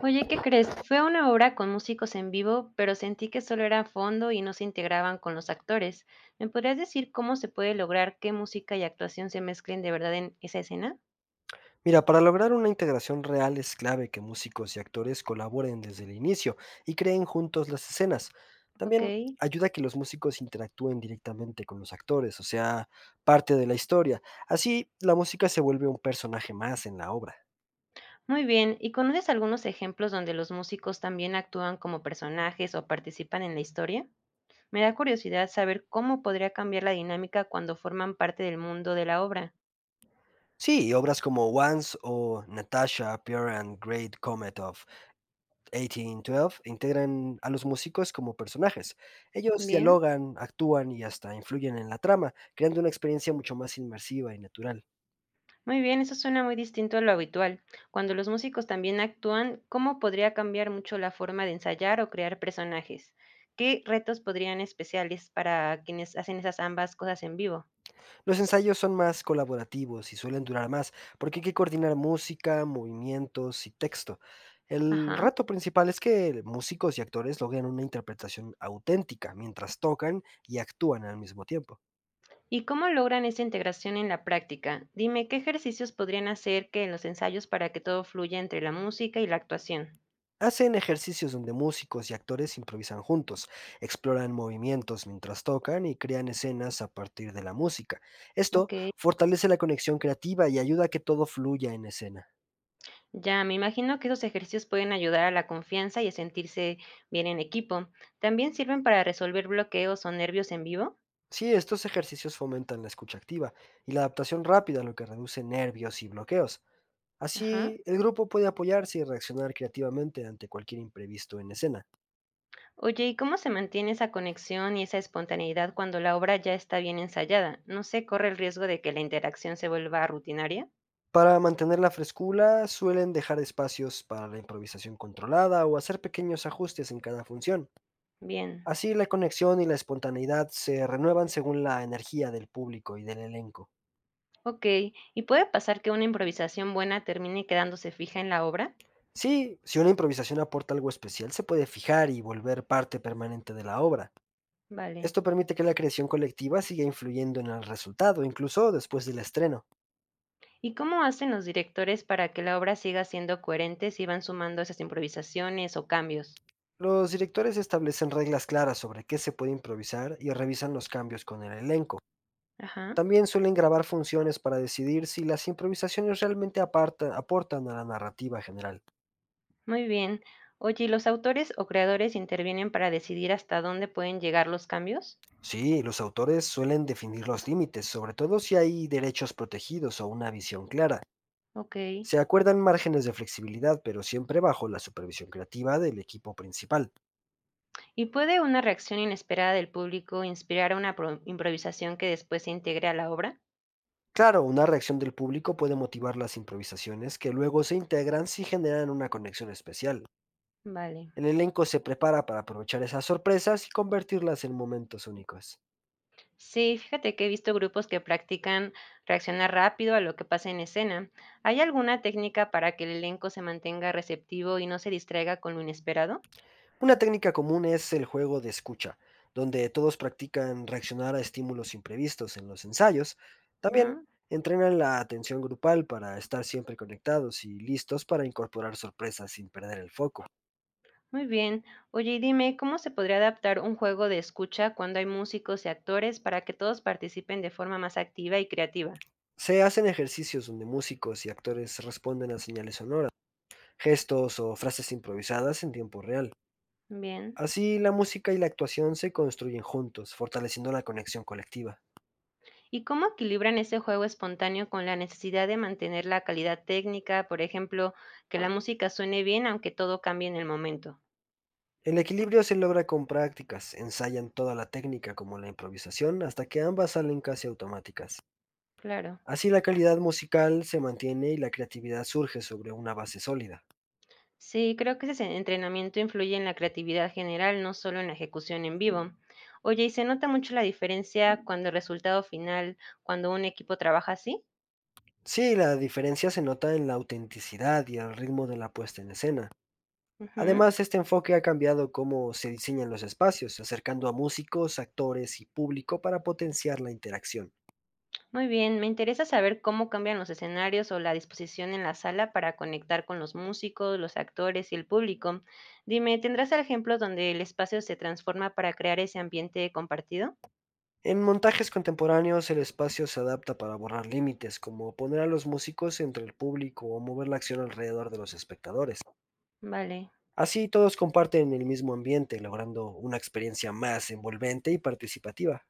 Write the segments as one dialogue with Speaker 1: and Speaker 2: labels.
Speaker 1: Oye, ¿qué crees? Fue una obra con músicos en vivo, pero sentí que solo era fondo y no se integraban con los actores. ¿Me podrías decir cómo se puede lograr que música y actuación se mezclen de verdad en esa escena?
Speaker 2: Mira, para lograr una integración real es clave que músicos y actores colaboren desde el inicio y creen juntos las escenas.
Speaker 1: Ok,
Speaker 2: También ayuda a que los músicos interactúen directamente con los actores, o sea, parte de la historia. Así, la música se vuelve un personaje más en la obra.
Speaker 1: muy bien. ¿Y conoces algunos ejemplos donde los músicos también actúan como personajes o participan en la historia? Me da curiosidad saber cómo podría cambiar la dinámica cuando forman parte del mundo de la obra.
Speaker 2: Sí, obras como Once o Natasha Pure and Great Comet of 1812 integran a los músicos como personajes. Ellos
Speaker 1: Bien.
Speaker 2: dialogan, actúan y hasta influyen en la trama, creando una experiencia mucho más inmersiva y natural.
Speaker 1: Muy bien, eso suena muy distinto a lo habitual. Cuando los músicos también actúan, ¿cómo podría cambiar mucho la forma de ensayar o crear personajes? ¿Qué retos podrían especiales para quienes hacen esas ambas cosas en vivo?
Speaker 2: Los ensayos son más colaborativos y suelen durar más, porque hay que coordinar música, movimientos y texto. El
Speaker 1: Ajá.
Speaker 2: reto principal es que músicos y actores logren una interpretación auténtica mientras tocan y actúan al mismo tiempo.
Speaker 1: ¿Y cómo logran esa integración en la práctica? Dime, ¿qué ejercicios podrían hacer que en los ensayos para que todo fluya entre la música y la actuación?
Speaker 2: Hacen ejercicios donde músicos y actores improvisan juntos, exploran movimientos mientras tocan y crean escenas a partir de la música. Esto
Speaker 1: Ok.
Speaker 2: fortalece la conexión creativa y ayuda a que todo fluya en escena.
Speaker 1: Ya, me imagino que esos ejercicios pueden ayudar a la confianza y a sentirse bien en equipo. ¿También sirven para resolver bloqueos o nervios en vivo?
Speaker 2: Sí, estos ejercicios fomentan la escucha activa y la adaptación rápida, lo que reduce nervios y bloqueos.
Speaker 1: Ajá.
Speaker 2: Así, el grupo puede apoyarse y reaccionar creativamente ante cualquier imprevisto en escena.
Speaker 1: Oye, ¿y cómo se mantiene esa conexión y esa espontaneidad cuando la obra ya está bien ensayada? ¿No se corre el riesgo de que la interacción se vuelva rutinaria?
Speaker 2: Para mantener la frescura, suelen dejar espacios para la improvisación controlada o hacer pequeños ajustes en cada función.
Speaker 1: Bien,
Speaker 2: Así la conexión y la espontaneidad se renuevan según la energía del público y del elenco.
Speaker 1: ok. ¿Y puede pasar que una improvisación buena termine quedándose fija en la obra?
Speaker 2: Sí, si una improvisación aporta algo especial, se puede fijar y volver parte permanente de la obra.
Speaker 1: Vale.
Speaker 2: Esto permite que la creación colectiva siga influyendo en el resultado, incluso después del estreno.
Speaker 1: ¿Y cómo hacen los directores para que la obra siga siendo coherente si van sumando esas improvisaciones o cambios?
Speaker 2: Los directores establecen reglas claras sobre qué se puede improvisar y revisan los cambios con el elenco.
Speaker 1: Ajá,
Speaker 2: También suelen grabar funciones para decidir si las improvisaciones realmente aportan a la narrativa general.
Speaker 1: muy bien. Oye, ¿y los autores o creadores intervienen para decidir hasta dónde pueden llegar los cambios?
Speaker 2: Sí, los autores suelen definir los límites, sobre todo si hay derechos protegidos o una visión clara.
Speaker 1: Ok.
Speaker 2: Se acuerdan márgenes de flexibilidad, pero siempre bajo la supervisión creativa del equipo principal.
Speaker 1: ¿Y puede una reacción inesperada del público inspirar a una improvisación que después se integre a la obra?
Speaker 2: Claro, una reacción del público puede motivar las improvisaciones que luego se integran si generan una conexión especial.
Speaker 1: Vale.
Speaker 2: El elenco se prepara para aprovechar esas sorpresas y convertirlas en momentos únicos.
Speaker 1: Sí, fíjate que he visto grupos que practican reaccionar rápido a lo que pasa en escena. ¿Hay alguna técnica para que el elenco se mantenga receptivo y no se distraiga con lo inesperado?
Speaker 2: Una técnica común es el juego de escucha, donde todos practican reaccionar a estímulos imprevistos en los ensayos. También
Speaker 1: Ah,
Speaker 2: entrenan la atención grupal para estar siempre conectados y listos para incorporar sorpresas sin perder el foco.
Speaker 1: muy bien. Oye, y dime, ¿cómo se podría adaptar un juego de escucha cuando hay músicos y actores para que todos participen de forma más activa y creativa?
Speaker 2: Se hacen ejercicios donde músicos y actores responden a señales sonoras, gestos o frases improvisadas en tiempo real.
Speaker 1: Bien.
Speaker 2: Así la música y la actuación se construyen juntos, fortaleciendo la conexión colectiva.
Speaker 1: ¿Y cómo equilibran ese juego espontáneo con la necesidad de mantener la calidad técnica? Por ejemplo, que la música suene bien aunque todo cambie en el momento.
Speaker 2: El equilibrio se logra con prácticas, ensayan toda la técnica como la improvisación hasta que ambas salen casi automáticas.
Speaker 1: Claro.
Speaker 2: Así la calidad musical se mantiene y la creatividad surge sobre una base sólida.
Speaker 1: Sí, creo que ese entrenamiento influye en la creatividad general, no solo en la ejecución en vivo. Oye, ¿y se nota mucho la diferencia cuando el resultado final, cuando un equipo trabaja así?
Speaker 2: Sí, la diferencia se nota en la autenticidad y el ritmo de la puesta en escena.
Speaker 1: Ujú.
Speaker 2: Además, este enfoque ha cambiado cómo se diseñan los espacios, acercando a músicos, actores y público para potenciar la interacción.
Speaker 1: Muy bien, me interesa saber cómo cambian los escenarios o la disposición en la sala para conectar con los músicos, los actores y el público. Dime, ¿tendrás ejemplos donde el espacio se transforma para crear ese ambiente compartido?
Speaker 2: En montajes contemporáneos, el espacio se adapta para borrar límites, como poner a los músicos entre el público o mover la acción alrededor de los espectadores.
Speaker 1: Vale.
Speaker 2: Así todos comparten el mismo ambiente, logrando una experiencia más envolvente y participativa.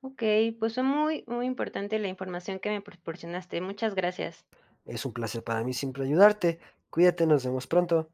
Speaker 1: Ok, pues fue muy, muy importante la información que me proporcionaste. Muchas gracias.
Speaker 2: Es un placer para mí siempre ayudarte. Cuídate, nos vemos pronto.